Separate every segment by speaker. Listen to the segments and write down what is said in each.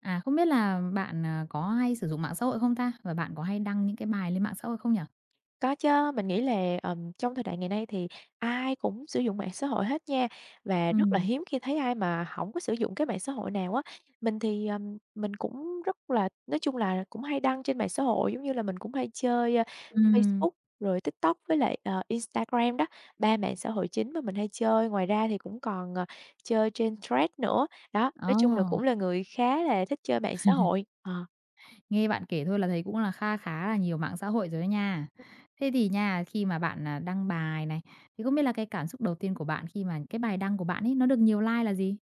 Speaker 1: À, không biết là bạn, có hay sử dụng mạng xã hội không ta? Và bạn có hay đăng những cái bài lên mạng xã hội không nhỉ?
Speaker 2: Có chứ, mình nghĩ là, trong thời đại ngày nay thì ai cũng sử dụng mạng xã hội hết nha, và rất là
Speaker 1: Ừm.
Speaker 2: hiếm khi thấy ai mà không có sử dụng cái mạng xã hội nào á. Mình thì, mình cũng rất là nói chung là cũng hay đăng trên mạng xã hội, giống như là, mình cũng hay chơi,
Speaker 1: Ừm.
Speaker 2: Facebook rồi TikTok với lại, Instagram đó, 3 mạng xã hội chính mà mình hay chơi. Ngoài ra thì cũng còn, chơi trên Threads nữa. Đó, nói chung là
Speaker 1: Ồ,
Speaker 2: cũng là người khá là thích chơi mạng xã hội. Ờ.
Speaker 1: nghe bạn kể thôi là thấy cũng là kha khá là nhiều mạng xã hội rồi đó nha. Thế thì nha, khi mà bạn, đăng bài này, thì không biết là cái cảm xúc đầu tiên của bạn khi mà cái bài đăng của bạn ấy nó được nhiều like là gì?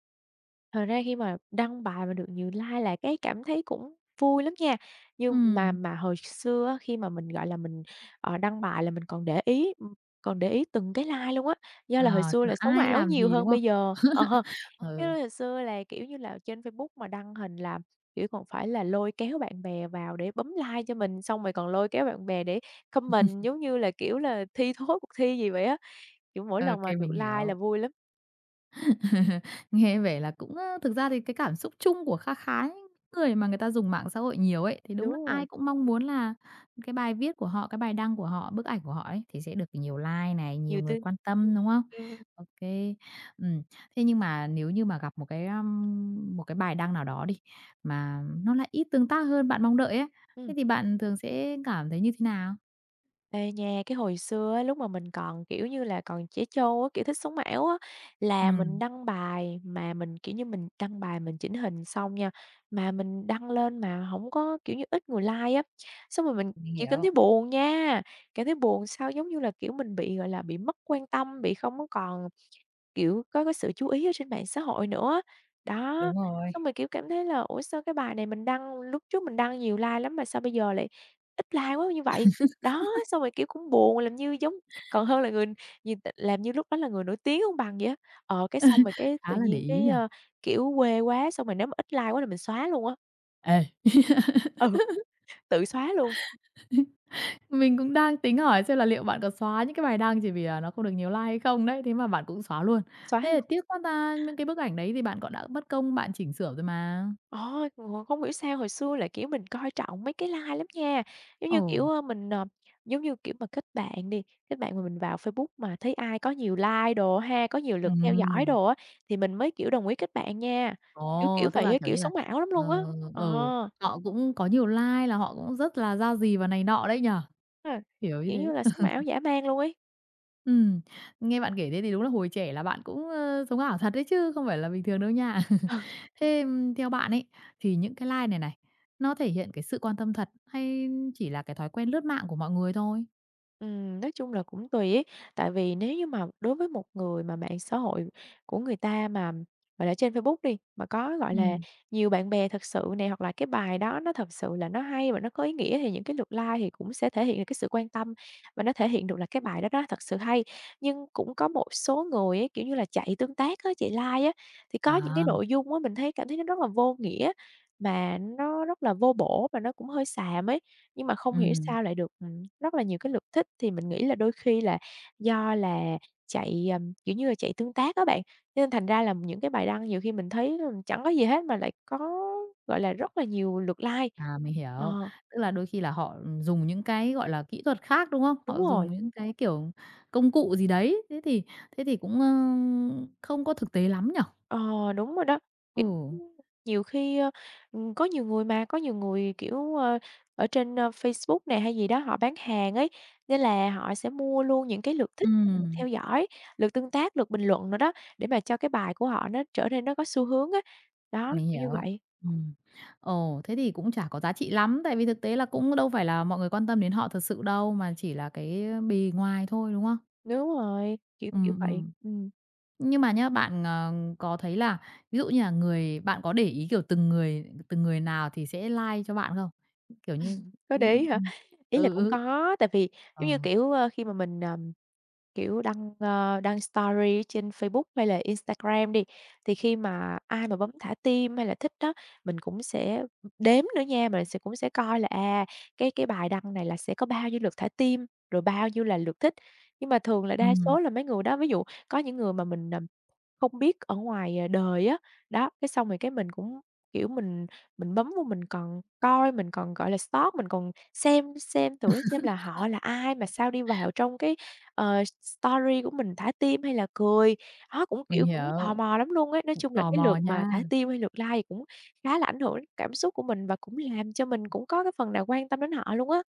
Speaker 2: Thật ra khi mà đăng bài mà được nhiều like là cái cảm thấy cũng vui lắm nha. Nhưng mà
Speaker 1: Ừm,
Speaker 2: mà hồi xưa á, khi mà mình, gọi là, đăng bài là mình còn để ý từng cái like luôn á, do
Speaker 1: ờ,
Speaker 2: là hồi xưa
Speaker 1: xem là
Speaker 2: là sống
Speaker 1: ai
Speaker 2: ảo
Speaker 1: làm
Speaker 2: nhiều
Speaker 1: gì, đúng
Speaker 2: hơn
Speaker 1: không?
Speaker 2: bây giờ. Ờ, cái
Speaker 1: Ừ,
Speaker 2: hồi xưa là, kiểu như là, trên Facebook mà đăng hình là, kiểu, còn phải là lôi kéo bạn bè vào để bấm like cho mình, xong rồi còn lôi kéo bạn bè để comment, giống như là, kiểu là, thi thố cuộc thi gì vậy á, kiểu, mỗi lần
Speaker 1: ok
Speaker 2: mà được
Speaker 1: mình
Speaker 2: like là
Speaker 1: hiểu.
Speaker 2: vui lắm.
Speaker 1: Nghe vẻ là cũng, thực ra thì cái cảm xúc chung của kha khá những người mà người ta dùng mạng xã hội nhiều ấy, thì đúng là
Speaker 2: Đúng rồi,
Speaker 1: ai cũng mong muốn là cái bài viết của họ, cái bài đăng của họ, bức ảnh của họ ấy thì sẽ được nhiều like này,
Speaker 2: nhiều
Speaker 1: nhiều người
Speaker 2: tin
Speaker 1: quan tâm, đúng không?
Speaker 2: ừm,
Speaker 1: Ok kê. Thế nhưng mà nếu như mà gặp một cái bài đăng nào đó đi, mà nó lại ít tương tác hơn bạn mong đợi ấy,
Speaker 2: ừm.
Speaker 1: thế thì bạn thường sẽ cảm thấy như thế nào?
Speaker 2: Ê nha, cái hồi xưa á, lúc mà mình còn, kiểu như là, còn trẻ trâu á, kiểu, thích sống ảo á, là mình
Speaker 1: Ừm,
Speaker 2: đăng bài mà mình, kiểu như, mình đăng bài mình chỉnh hình xong nha, mà mình đăng lên mà không có, kiểu như, ít người like á. Xong rồi mình,
Speaker 1: mình
Speaker 2: kiểu, cảm
Speaker 1: hiểu,
Speaker 2: thấy buồn nha, cảm thấy buồn sao giống như là, kiểu, mình bị, gọi là, bị mất quan tâm, bị không có còn. Kiểu, có cái sự chú ý ở trên mạng xã hội nữa. Đó,
Speaker 1: đúng rồi,
Speaker 2: xong rồi, kiểu, cảm thấy là "Ủa, sao cái bài này mình đăng lúc trước mình đăng nhiều like lắm mà sao bây giờ lại ít like quá như vậy?" Đó, xong rồi, kiểu, cũng buồn, làm như giống còn hơn là người nhìn làm như lúc đó là người nổi tiếng không bằng vậy á. Cái xong rồi cái tự
Speaker 1: khá là để
Speaker 2: nhiên
Speaker 1: ý
Speaker 2: cái,
Speaker 1: nhỉ?
Speaker 2: kiểu, quê quá, xong rồi nếu mà ít like quá là mình xóa luôn á.
Speaker 1: Ê.
Speaker 2: Ừ, tự xóa luôn,
Speaker 1: Mình cũng đang tính hỏi xem là liệu bạn có xóa những cái bài đăng chỉ vì là nó không được nhiều like hay không đấy, thế mà bạn cũng xóa luôn.
Speaker 2: xóa.
Speaker 1: Thế là tiếc quá ta, những cái bức ảnh đấy thì bạn cũng đã mất công bạn chỉnh sửa rồi mà.
Speaker 2: Ờ, ngộ không hiểu sao hồi xưa lại, kiểu, mình coi trọng mấy cái like lắm nha. Giống như, kiểu,
Speaker 1: Ồ,
Speaker 2: mình, giống như, kiểu, mà kết bạn đi, kết bạn mà mình vào Facebook mà thấy ai có nhiều like đồ ha, có nhiều lượt theo dõi
Speaker 1: ừm,
Speaker 2: đồ á, thì mình mới, kiểu, đồng ý kết bạn nha. Kiểu kiểu
Speaker 1: ồ, tức
Speaker 2: vậy
Speaker 1: là,
Speaker 2: á,
Speaker 1: kiểu
Speaker 2: kiểu,
Speaker 1: như là,
Speaker 2: sống ảo lắm luôn
Speaker 1: ờ,
Speaker 2: á.
Speaker 1: ừ,
Speaker 2: Ờ,
Speaker 1: họ cũng có nhiều like là họ cũng rất là ra gì và này nọ đấy nhỉ?
Speaker 2: ha,
Speaker 1: Kiểu như
Speaker 2: kiểu như
Speaker 1: thế.
Speaker 2: là, sống ảo dã man luôn ấy.
Speaker 1: Ừm, Nghe bạn kể thế thì đúng là hồi trẻ là bạn cũng, sống ảo thật đấy chứ không phải là bình thường đâu nha. Thế, theo bạn ấy, thì những cái like này này, nó thể hiện cái sự quan tâm thật hay chỉ là cái thói quen lướt mạng của mọi người thôi?
Speaker 2: Nói chung là cũng tùy ấy, tại vì nếu như mà đối với một người mà mạng xã hội của người ta mà, gọi là, trên Facebook đi, mà có, gọi là,
Speaker 1: Ừm,
Speaker 2: nhiều bạn bè thật sự nè, hoặc là cái bài đó nó thật sự là nó hay và nó có ý nghĩa thì những cái lượt like thì cũng sẽ thể hiện được cái sự quan tâm và nó thể hiện được là cái bài đó đó thật sự hay. Nhưng cũng có một số người ấy, kiểu như là, chạy tương tác á, chạy like á, thì có những cái
Speaker 1: à,
Speaker 2: nội dung á mình thấy cảm thấy nó rất là vô nghĩa, mà nó rất là vô bổ và nó cũng hơi xàm ấy. Nhưng mà không hiểu
Speaker 1: ừm,
Speaker 2: sao lại được, rất là nhiều cái lượt thích, thì mình nghĩ là đôi khi là do là chạy, kiểu như là, chạy tương tác á bạn, cho nên thành ra là những cái bài đăng nhiều khi mình thấy là chẳng có gì hết mà lại có, gọi là, rất là nhiều lượt like.
Speaker 1: mình hiểu.
Speaker 2: Ờ,
Speaker 1: Tức là đôi khi là họ, dùng những cái, gọi là, kỹ thuật khác, đúng không?
Speaker 2: đúng
Speaker 1: Họ
Speaker 2: rồi.
Speaker 1: dùng những cái, kiểu, công cụ gì đấy, thế thì cũng, không có thực tế lắm nhở?
Speaker 2: Ờ, đúng rồi đó. Kiểu,
Speaker 1: Ừ,
Speaker 2: nhiều khi, có nhiều người, kiểu, ở trên, Facebook này hay gì đó họ bán hàng ấy, nên là họ sẽ mua luôn những cái lượt thích, lượt
Speaker 1: ừm.
Speaker 2: theo dõi, lượt tương tác, lượt bình luận nữa đó, để mà cho cái bài của họ nó trở nên nó có xu hướng á. Đó,
Speaker 1: Mình
Speaker 2: kiểu như
Speaker 1: hiểu.
Speaker 2: vậy.
Speaker 1: Ừm. Ồ, thế thì cũng chả có giá trị lắm, tại vì thực tế là cũng đâu phải là mọi người quan tâm đến họ thật sự đâu, mà chỉ là cái bề ngoài thôi, đúng không?
Speaker 2: Đúng rồi, kiểu kiểu
Speaker 1: Ừm,
Speaker 2: vậy.
Speaker 1: ừm.
Speaker 2: Ừ.
Speaker 1: Nhưng mà nhá, bạn, có thấy là ví dụ như là người bạn có để ý, kiểu, từng người nào thì sẽ like cho bạn không? Kiểu như.
Speaker 2: Có
Speaker 1: ví
Speaker 2: để ý hả?
Speaker 1: ừm.
Speaker 2: Ý là
Speaker 1: Ừ,
Speaker 2: cũng
Speaker 1: ừ.
Speaker 2: có, tại vì
Speaker 1: Ờ.
Speaker 2: giống như, kiểu, khi mà mình, kiểu, đăng story trên Facebook hay là Instagram đi, thì khi mà ai mà bấm thả tim hay là thích đó, mình cũng sẽ đếm nữa nha, mình sẽ cũng sẽ coi là, à, cái bài đăng này là sẽ có bao nhiêu lượt thả tim, rồi bao nhiêu là lượt thích. Nhưng mà thường là đa
Speaker 1: Ừm,
Speaker 2: số là mấy người đó ví dụ có những người mà mình, không biết ở ngoài, à, đời á, đó, cái xong rồi cái mình cũng, kiểu, mình bấm vô mình còn coi, mình còn, gọi là, stalk, mình còn xem thử xem là họ là ai mà sao đi vào trong cái, story của mình thả tim hay là cười. Đó, cũng,
Speaker 1: mình
Speaker 2: kiểu, cũng tò
Speaker 1: hiểu,
Speaker 2: mò lắm luôn ấy. Nói chung là
Speaker 1: tò
Speaker 2: cái
Speaker 1: mò
Speaker 2: lượt mà
Speaker 1: nha.
Speaker 2: thả tim hay lượt like cũng khá là ảnh hưởng đến cảm xúc của mình và cũng làm cho mình cũng có cái phần nào quan tâm đến họ luôn á.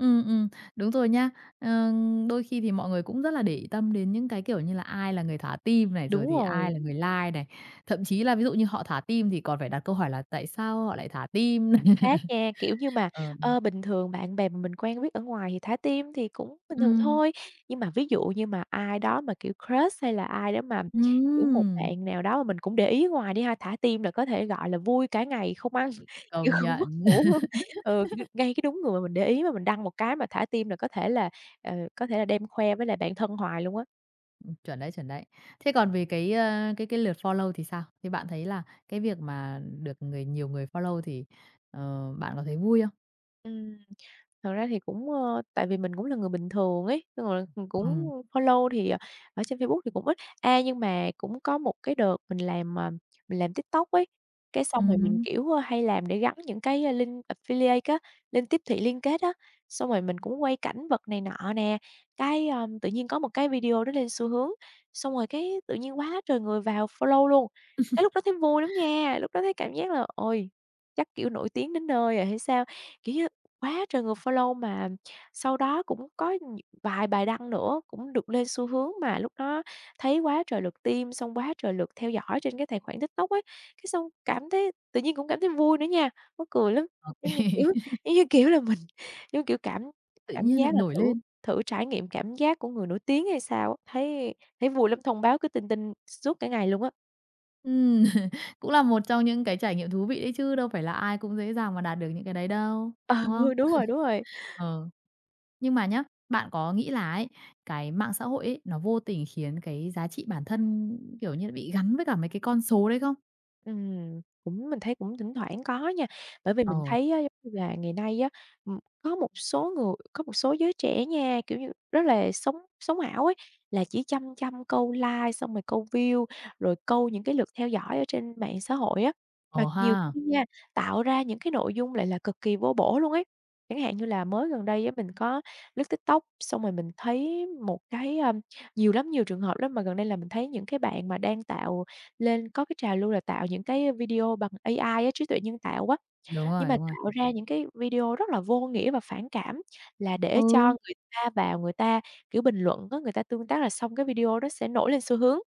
Speaker 1: Ừ, đúng rồi nha. Ờ, đôi khi thì mọi người cũng rất là để ý tâm đến những cái, kiểu như là, ai là người thả tim này, rồi
Speaker 2: Đúng
Speaker 1: thì
Speaker 2: rồi.
Speaker 1: ai là người like này. Thậm chí là ví dụ như họ thả tim thì còn phải đặt câu hỏi là "Tại sao họ lại thả tim?"
Speaker 2: Chính xác nha, kiểu như mà,
Speaker 1: Ờ.
Speaker 2: bình thường bạn bè mà mình quen biết ở ngoài thì thả tim thì cũng bình thường
Speaker 1: Ừm,
Speaker 2: thôi, nhưng mà ví dụ như mà ai đó mà, kiểu, crush hay là ai đó mà, kiểu, một
Speaker 1: ừm,
Speaker 2: bạn nào đó mà mình cũng để ý ngoài đi ha, thả tim là có thể, gọi là, vui cả ngày không ăn, kiểu,
Speaker 1: Công
Speaker 2: không mất
Speaker 1: nhận.
Speaker 2: ngủ luôn. Ừ, kiểu, ngay cái đúng người mà mình để ý mà mình đăng một cái mà thả tim là có thể là đem khoe với lại bạn thân hoài luôn á.
Speaker 1: Chuẩn đấy, chuẩn đấy. Thế còn về cái, ơ, cái lượt follow thì sao? Thì bạn thấy là cái việc mà được nhiều người follow thì, bạn có thấy vui không?
Speaker 2: Ừm. Thật ra thì cũng, tại vì mình cũng là người bình thường ấy, xong rồi mình cũng
Speaker 1: Ừm,
Speaker 2: follow thì, ở trên Facebook thì cũng ít. Nhưng mà cũng có một cái đợt mình làm TikTok ấy, cái xong rồi mình,
Speaker 1: hứm.
Speaker 2: kiểu, hay làm để gắn những cái, link affiliate á, link tiếp thị liên kết á, xong rồi mình cũng quay cảnh vật này nọ nè, cái, tự nhiên có một cái video đó lên xu hướng, xong rồi cái tự nhiên quá trời người vào follow luôn. Cái lúc đó thấy vui lắm nha, lúc đó thấy cảm giác là "Ôi, chắc, kiểu, nổi tiếng đến nơi rồi hay sao?" Kiểu như. Quá trời người follow mà sau đó cũng có vài bài đăng nữa cũng được lên xu hướng mà lúc đó thấy quá trời lượt tim, xong quá trời lượt theo dõi trên cái tài khoản TikTok ấy, cái xong cảm thấy tự nhiên cũng cảm thấy vui nữa nha, mắc cười lắm. Giống như, kiểu, giống như, kiểu là, mình, giống kiểu, cảm
Speaker 1: Tự
Speaker 2: cảm
Speaker 1: nhiên lại
Speaker 2: giác là
Speaker 1: nổi
Speaker 2: thử
Speaker 1: lên.
Speaker 2: thử trải nghiệm cảm giác của người nổi tiếng hay sao á, thấy thấy vui lắm, thông báo cứ tin tin suốt cả ngày luôn á.
Speaker 1: Ừm, cũng là một trong những cái trải nghiệm thú vị đấy chứ đâu phải là ai cũng dễ dàng mà đạt được những cái đấy đâu, đúng không?
Speaker 2: Ừ, đúng rồi, đúng rồi.
Speaker 1: Ờ, nhưng mà nhá, bạn có nghĩ là ấy, cái mạng xã hội ấy, nó vô tình khiến cái giá trị bản thân, kiểu như, là bị gắn với cả mấy cái con số đấy không?
Speaker 2: Cũng mình thấy cũng thỉnh thoảng có nha, bởi vì
Speaker 1: Ờ,
Speaker 2: mình thấy á, giống như là, ngày nay á, có một số giới trẻ nha, kiểu như, rất là sống sống ảo ấy, là chỉ chăm chăm câu like, xong rồi câu view, rồi câu những cái lượt theo dõi ở trên mạng xã hội á. Mà
Speaker 1: ờ
Speaker 2: nhiều
Speaker 1: ha,
Speaker 2: khi nha, tạo ra những cái nội dung lại là cực kỳ vô bổ luôn ấy. Chẳng hạn như là mới gần đây á, mình có lướt TikTok, xong rồi mình thấy một cái, nhiều lắm, nhiều trường hợp lắm, mà gần đây là mình thấy những cái bạn mà đang tạo lên có cái trào lưu là tạo những cái video bằng AI á, trí tuệ nhân tạo á,
Speaker 1: đúng
Speaker 2: nhưng
Speaker 1: rồi,
Speaker 2: mà
Speaker 1: đúng rồi.
Speaker 2: tạo ra những cái video rất là vô nghĩa và phản cảm, là để cho
Speaker 1: Ừ,
Speaker 2: người ta vào người ta, kiểu, bình luận á, người ta tương tác là xong cái video đó sẽ nổi lên xu hướng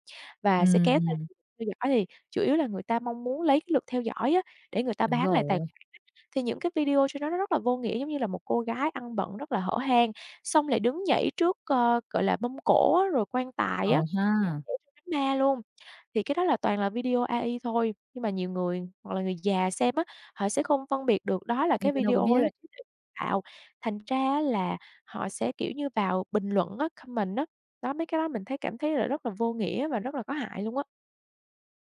Speaker 1: ừ
Speaker 2: và sẽ kéo theo
Speaker 1: ừm,
Speaker 2: lượt theo dõi, thì chủ yếu là người ta mong muốn lấy cái lượt theo dõi á, để người ta
Speaker 1: đúng
Speaker 2: bán lại tài
Speaker 1: rồi,
Speaker 2: thì những cái video trên đó nó rất là vô nghĩa, giống như là một cô gái ăn bận rất là hở hang, xong lại đứng nhảy trước, gọi là, mâm cỗ á, rồi quan tài á.
Speaker 1: ờ ha,
Speaker 2: Kiểu trong đám ma luôn, thì cái đó là toàn là video AI thôi, nhưng mà nhiều người hoặc là người già xem á, họ sẽ không phân biệt được đó là
Speaker 1: nhưng
Speaker 2: cái
Speaker 1: tớ đâu có
Speaker 2: video
Speaker 1: biết.
Speaker 2: là trí tuệ tạo, thành ra á là họ sẽ, kiểu như, vào bình luận á, comment á. Đó, mấy cái đó mình thấy cảm thấy là rất là vô nghĩa và rất là có hại luôn á.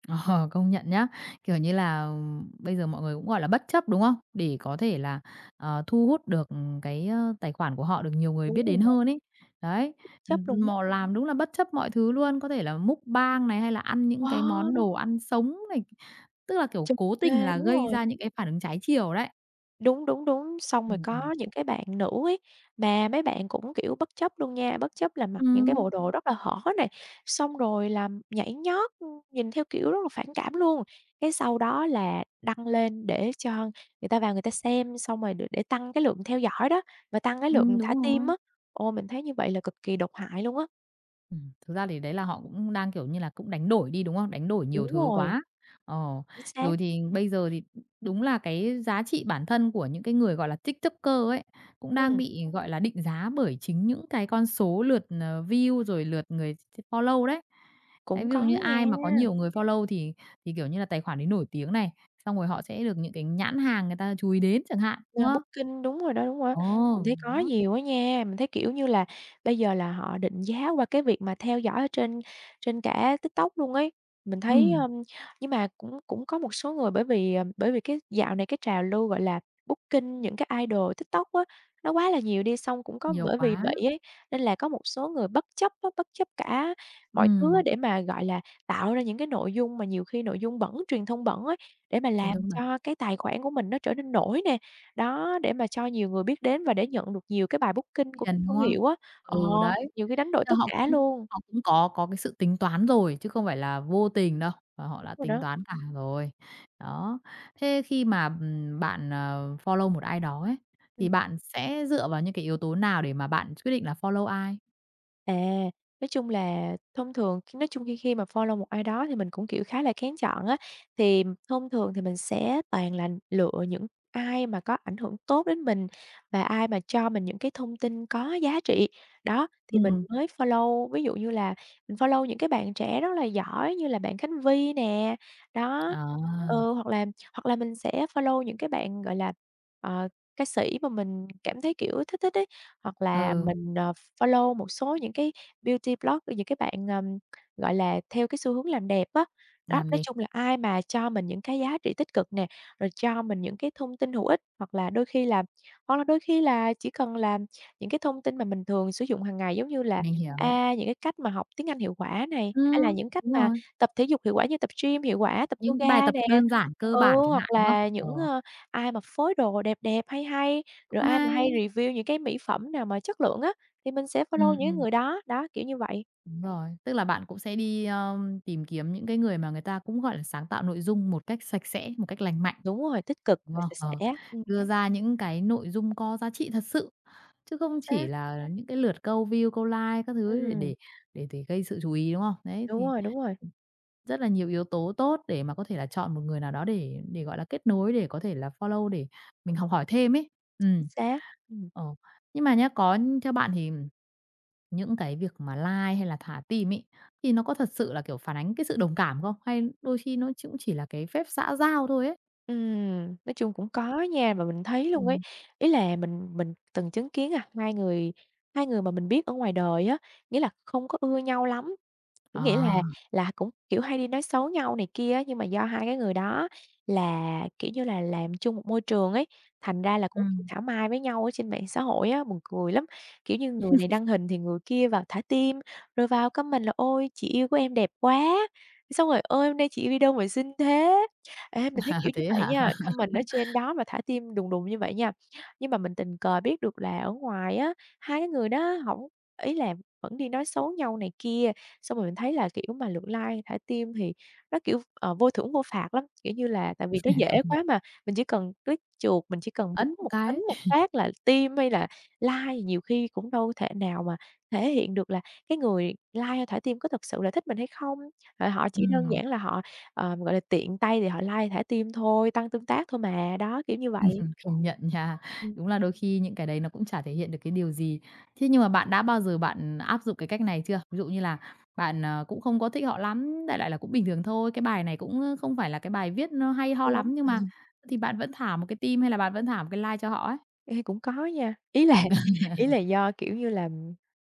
Speaker 1: Ờ, công nhận nhá. Kiểu như là, bây giờ mọi người cũng, gọi là, bất chấp, đúng không? Để có thể là, thu hút được, cái, tài khoản của họ được nhiều người
Speaker 2: Đúng
Speaker 1: biết đến
Speaker 2: rồi,
Speaker 1: hơn ấy. Đấy,
Speaker 2: bất chấp luôn
Speaker 1: mò
Speaker 2: á.
Speaker 1: làm đúng là bất chấp mọi thứ luôn, có thể là mukbang này, hay là ăn những
Speaker 2: Ờ,
Speaker 1: cái món đồ ăn sống này, tức là, kiểu,
Speaker 2: trục
Speaker 1: cố tình
Speaker 2: ghê,
Speaker 1: là
Speaker 2: đúng
Speaker 1: gây
Speaker 2: rồi.
Speaker 1: ra những cái phản ứng trái chiều đấy.
Speaker 2: Đúng, đúng, đúng. Xong rồi
Speaker 1: Ừm,
Speaker 2: có
Speaker 1: ừm.
Speaker 2: những cái bạn nữ ấy, mà mấy bạn cũng, kiểu, bất chấp luôn nha, bất chấp là mặc những cái
Speaker 1: Ừm,
Speaker 2: bộ đồ rất là hở này, xong rồi là nhảy nhót, nhìn theo kiểu rất là phản cảm luôn. Cái sau đó là đăng lên để cho người ta vào người ta xem, xong rồi để tăng cái lượng theo dõi đó, và tăng cái lượng thả
Speaker 1: đúng
Speaker 2: tim
Speaker 1: rồi.
Speaker 2: á. Ồ, mình thấy như vậy là cực kỳ độc hại luôn á.
Speaker 1: Thực ra thì đấy là họ cũng đang, kiểu như là, cũng đánh đổi đi, đúng không? Đánh đổi nhiều
Speaker 2: Đúng
Speaker 1: thứ
Speaker 2: rồi,
Speaker 1: quá. Ờ,
Speaker 2: chính xác.
Speaker 1: rồi thì bây giờ thì đúng là cái giá trị bản thân của những cái người, gọi là, TikToker ấy, cũng đang
Speaker 2: Ừm,
Speaker 1: bị, gọi là, định giá bởi chính những cái con số lượt, view rồi lượt người follow đấy. Đấy,
Speaker 2: cũng
Speaker 1: ví dụ
Speaker 2: có
Speaker 1: như ai mà có
Speaker 2: nha.
Speaker 1: nhiều người follow thì, kiểu như là, tài khoản ấy nổi tiếng này, xong rồi họ sẽ được những cái nhãn hàng người ta chú ý đến chẳng hạn,
Speaker 2: Ờ,
Speaker 1: đúng không?
Speaker 2: Booking, đúng rồi đó, đúng rồi á.
Speaker 1: Ồ,
Speaker 2: Mình thấy có
Speaker 1: đó.
Speaker 2: nhiều á nha, mình thấy, kiểu như là, bây giờ là họ định giá qua cái việc mà theo dõi ở trên trên cả TikTok luôn ấy. Mình thấy,
Speaker 1: Ừm,
Speaker 2: ừm. Nhưng mà cũng cũng có một số người bởi vì cái dạo này cái trào lưu, gọi là, Booking những cái idol TikTok á, nó quá là nhiều đi, xong cũng có
Speaker 1: nhiều
Speaker 2: bởi vì
Speaker 1: quá.
Speaker 2: vậy ấy, nên là có một số người bất chấp á, bất chấp cả mọi thứ á
Speaker 1: Ừm,
Speaker 2: để mà, gọi là, tạo ra những cái nội dung mà nhiều khi nội dung bẩn, truyền thông bẩn ấy, để mà
Speaker 1: truyền
Speaker 2: làm
Speaker 1: thông
Speaker 2: cho cái tài khoản của mình nó trở nên nổi nè. Đó, để mà cho nhiều người biết đến và để nhận được nhiều cái bài booking của các
Speaker 1: Tiền, đúng
Speaker 2: thương
Speaker 1: không?
Speaker 2: hiệu á. Ờ,
Speaker 1: Ừ, đấy,
Speaker 2: nhiều khi đánh đổi
Speaker 1: là
Speaker 2: tất
Speaker 1: họ
Speaker 2: cả
Speaker 1: cũng
Speaker 2: luôn.
Speaker 1: họ cũng có cái sự tính toán rồi chứ không phải là vô tình đâu, và họ
Speaker 2: Đúng
Speaker 1: đã
Speaker 2: rồi
Speaker 1: tính
Speaker 2: đó.
Speaker 1: toán cả rồi. Đó, thế khi mà, bạn, follow một ai đó ấy, thì
Speaker 2: Ừm.
Speaker 1: bạn sẽ dựa vào những cái yếu tố nào để mà bạn quyết định là follow ai?
Speaker 2: À, nói chung là thông thường khi nói chung khi khi mà follow một ai đó thì mình cũng, kiểu, khá là kén chọn á, thì thông thường thì mình sẽ toàn là lựa những ai mà có ảnh hưởng tốt đến mình và ai mà cho mình những cái thông tin có giá trị. Đó, thì mình
Speaker 1: Ừm,
Speaker 2: mới follow, ví dụ như là mình follow những cái bạn trẻ rất là giỏi như là bạn Khánh Vy nè, đó,
Speaker 1: à,
Speaker 2: ừ, hoặc là mình sẽ follow những cái bạn, gọi là, ờ, ca sĩ mà mình cảm thấy, kiểu, thích thích ấy hoặc là
Speaker 1: ừ,
Speaker 2: mình, follow một số những cái beauty blogger, những cái bạn, gọi là, theo cái xu hướng làm đẹp á. Đó,
Speaker 1: làm
Speaker 2: nói
Speaker 1: đẹp,
Speaker 2: chung là ai mà cho mình những cái giá trị tích cực nè, rồi cho mình những cái thông tin hữu ích, hoặc là đôi khi là hoặc là đôi khi là chỉ cần là những cái thông tin mà mình thường sử dụng hàng ngày, giống như là,
Speaker 1: mình hiểu.
Speaker 2: những cái cách mà học tiếng Anh hiệu quả này, hay là những cách
Speaker 1: Đúng
Speaker 2: mà
Speaker 1: rồi,
Speaker 2: tập thể dục hiệu quả như tập gym hiệu quả, tập
Speaker 1: những cái bài
Speaker 2: yoga
Speaker 1: tập
Speaker 2: nè.
Speaker 1: đơn giản cơ
Speaker 2: Ừ,
Speaker 1: bản chẳng
Speaker 2: hoặc
Speaker 1: hạn, đúng không?
Speaker 2: là những,
Speaker 1: Ờ,
Speaker 2: ai mà phối đồ đẹp đẹp, hay hay, rồi
Speaker 1: cũng
Speaker 2: ai mà
Speaker 1: hay.
Speaker 2: hay review những cái mỹ phẩm nào mà chất lượng á, thì mình sẽ follow
Speaker 1: Ừm,
Speaker 2: những
Speaker 1: ừm.
Speaker 2: người đó, đó, kiểu như vậy.
Speaker 1: Đúng rồi, tức là bạn cũng sẽ đi, tìm kiếm những cái người mà người ta cũng, gọi là, sáng tạo nội dung một cách sạch sẽ, một cách lành mạnh,
Speaker 2: Đúng rồi, tích cực
Speaker 1: đúng
Speaker 2: và
Speaker 1: không?
Speaker 2: sạch
Speaker 1: Ờ,
Speaker 2: sẽ,
Speaker 1: đưa ra những cái nội dung có giá trị thật sự, chứ không chỉ
Speaker 2: xác,
Speaker 1: là những cái lượt câu view, câu like các thứ để
Speaker 2: ừm,
Speaker 1: để để để gây sự chú ý, đúng không? Đấy, thì
Speaker 2: đúng rồi,
Speaker 1: rất là nhiều yếu tố tốt để mà có thể là chọn một người nào đó để, gọi là, kết nối, để có thể là follow để mình học hỏi thêm ấy.
Speaker 2: chính
Speaker 1: Ừm.
Speaker 2: xác, ừm.
Speaker 1: Ờ, nhưng mà nhá, có theo bạn thì những cái việc mà like hay là thả tim ấy, thì nó có thật sự là, kiểu, phản ánh cái sự đồng cảm không? Hay đôi khi nó cũng chỉ là cái phép xã giao thôi ấy?
Speaker 2: Nói chung cũng có nha, mà mình thấy luôn ấy,
Speaker 1: Ừm.
Speaker 2: ý là mình từng chứng kiến, hai người mà mình biết ở ngoài đời á, nghĩa là không có ưa nhau lắm. Kiểu, nghĩa là
Speaker 1: À.
Speaker 2: cũng, kiểu, hay đi nói xấu nhau này kia á, nhưng mà do hai cái người đó là, kiểu như là, làm chung một môi trường ấy, thành ra là cũng, kiểu,
Speaker 1: Ừm.
Speaker 2: thảo mai với nhau ở trên mạng xã hội á, buồn cười lắm. Kiểu như, người này đăng hình thì người kia vào thả tim, rồi vào comment là "Ôi, chị yêu của em đẹp quá!" Xong rồi "Ôi, hôm nay chị yêu đi đâu mà xinh thế?" Ê, mình thấy
Speaker 1: À,
Speaker 2: kiểu như
Speaker 1: thế
Speaker 2: vậy
Speaker 1: hả?
Speaker 2: nha, comment ở trên đó mà thả tim đùng đùng như vậy nha. Nhưng mà mình tình cờ biết được là ở ngoài á, hai cái người đó hổng ý là vẫn đi nói xấu nhau này kia. Xong rồi mình thấy là, kiểu, mà lượt like, thả tim thì nó, kiểu, vô thưởng vô phạt lắm, kiểu như là, tại vì nó
Speaker 1: Công
Speaker 2: dễ
Speaker 1: nhận,
Speaker 2: quá mà, mình chỉ cần click chuột, mình chỉ cần bấm
Speaker 1: ấn một
Speaker 2: ấn
Speaker 1: cái.
Speaker 2: một phát là tim hay là like, nhiều khi cũng đâu thể nào mà thể hiện được là cái người like hay thả tim có thực sự là thích mình hay không. Rồi họ chỉ đơn
Speaker 1: Ừm.
Speaker 2: giản là họ, gọi là, tiện tay thì họ like, thả tim thôi, tăng tương tác thôi mà, đó, kiểu như vậy.
Speaker 1: Ừm công nhận nha.
Speaker 2: Ừm,
Speaker 1: Đúng là đôi khi những cái đấy nó cũng chả thể hiện được cái điều gì. Thế nhưng mà bạn đã bao giờ bạn áp dụng cái cách này chưa? Ví dụ như là bạn, cũng không có thích họ lắm, đại lại là cũng bình thường thôi, cái bài này cũng, không phải là cái bài viết nó hay ho lắm, nhưng mà thì bạn vẫn thả một cái tim hay là bạn vẫn thả một cái like cho họ ấy?
Speaker 2: Ê, cũng có nha, ý là do, kiểu như là,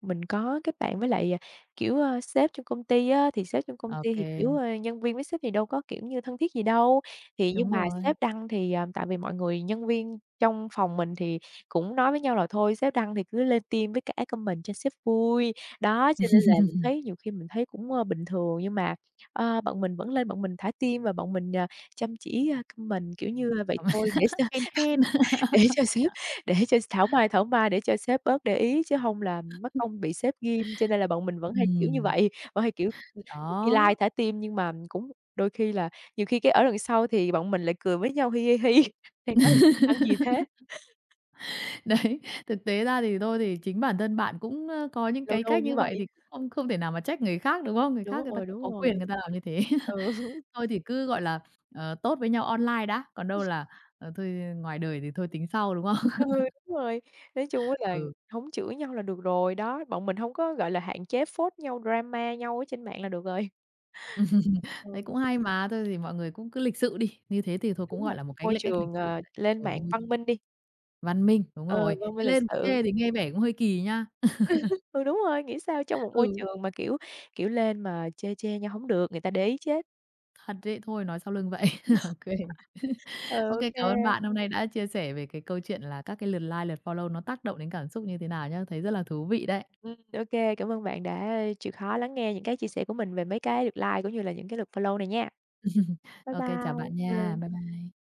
Speaker 2: mình có kết bạn với lại, kiểu, sếp trong công ty á, thì sếp trong công ty thì, kiểu,
Speaker 1: Ok
Speaker 2: nhân viên với sếp thì đâu có, kiểu như, thân thiết gì đâu. Thì nhưng
Speaker 1: đúng
Speaker 2: mà
Speaker 1: rồi,
Speaker 2: sếp đăng thì, tại vì mọi người nhân viên trong phòng mình thì cũng nói với nhau là thôi sếp đăng thì cứ lên team với cả comment cho sếp vui. Đó, cho nên là mình thấy nhiều khi mình thấy cũng, bình thường nhưng mà, bọn mình vẫn lên bọn mình thả team và bọn mình, chăm chỉ, comment, kiểu như, vậy
Speaker 1: cảm ơn
Speaker 2: thôi để
Speaker 1: khen khen.
Speaker 2: sếp để cho thảo mai để cho sếp bớt để ý chứ hông là mất công bị sếp ghim, cho nên là bọn mình vẫn hay, kiểu, như
Speaker 1: Ừm,
Speaker 2: vậy, vẫn hay, kiểu, nhiều khi lai
Speaker 1: đó.
Speaker 2: thả tim nhưng mà cũng đôi khi là nhiều khi cái ở đằng sau thì bọn mình lại cười với nhau hi, hi, hi, đang nói là "Ăn gì thế?"
Speaker 1: Đấy, thực tế ra thì thôi thì chính bản thân bạn cũng, có những
Speaker 2: Lâu
Speaker 1: cái
Speaker 2: lâu
Speaker 1: cách
Speaker 2: như
Speaker 1: như vậy
Speaker 2: vậy.
Speaker 1: thì cũng không không thể nào mà trách người khác, đúng không? Người khác
Speaker 2: Đúng
Speaker 1: người ta
Speaker 2: rồi,
Speaker 1: cũng
Speaker 2: đúng
Speaker 1: có
Speaker 2: rồi.
Speaker 1: quyền người ta làm như thế.
Speaker 2: Ừ,
Speaker 1: Thôi thì cứ, gọi là, tốt với nhau online đã, còn đâu là, thôi ngoài đời thì thôi tính sau, đúng không?
Speaker 2: ừ, đúng rồi. Nói chung á là
Speaker 1: Ừ,
Speaker 2: hổng chửi nhau là được rồi, đó, bọn mình hông có, gọi là, hạn chế phốt nhau, drama nhau ở trên mạng là được rồi.
Speaker 1: đấy
Speaker 2: Ừ,
Speaker 1: cũng hay mà, thôi thì mọi người cũng cứ lịch sự đi, như thế thì thôi cũng
Speaker 2: đúng rồi,
Speaker 1: gọi là một cái
Speaker 2: môi
Speaker 1: cách lịch
Speaker 2: trường,
Speaker 1: sự đấy.
Speaker 2: lên
Speaker 1: Ừ,
Speaker 2: mạng
Speaker 1: môi
Speaker 2: văn
Speaker 1: trường
Speaker 2: minh đi.
Speaker 1: văn minh, đúng
Speaker 2: Ừ,
Speaker 1: rồi,
Speaker 2: văn minh
Speaker 1: chứ
Speaker 2: lịch
Speaker 1: lên mà
Speaker 2: sự.
Speaker 1: chê thì nghe vẻ cũng hơi kỳ nha.
Speaker 2: Ừ, đúng rồi, nghĩ sao trong một môi
Speaker 1: Ừ,
Speaker 2: trường mà, kiểu, lên mà chê chê nhau hổng được, người ta để ý chết.
Speaker 1: thật đấy, thôi nói sau lưng vậy. Ok
Speaker 2: Ừ,
Speaker 1: OK, cảm ơn bạn hôm nay đã chia sẻ về cái câu chuyện là các cái lượt like, lượt follow nó tác động đến cảm xúc như thế nào nhá. Thấy rất là thú vị đấy.
Speaker 2: ô kê, cảm ơn bạn đã chịu khó lắng nghe những cái chia sẻ của mình về mấy cái luật like cũng như là những cái luật follow này nha. Bye
Speaker 1: OK, chào
Speaker 2: bye.
Speaker 1: bạn nha.
Speaker 2: Ừ.
Speaker 1: Bye bye.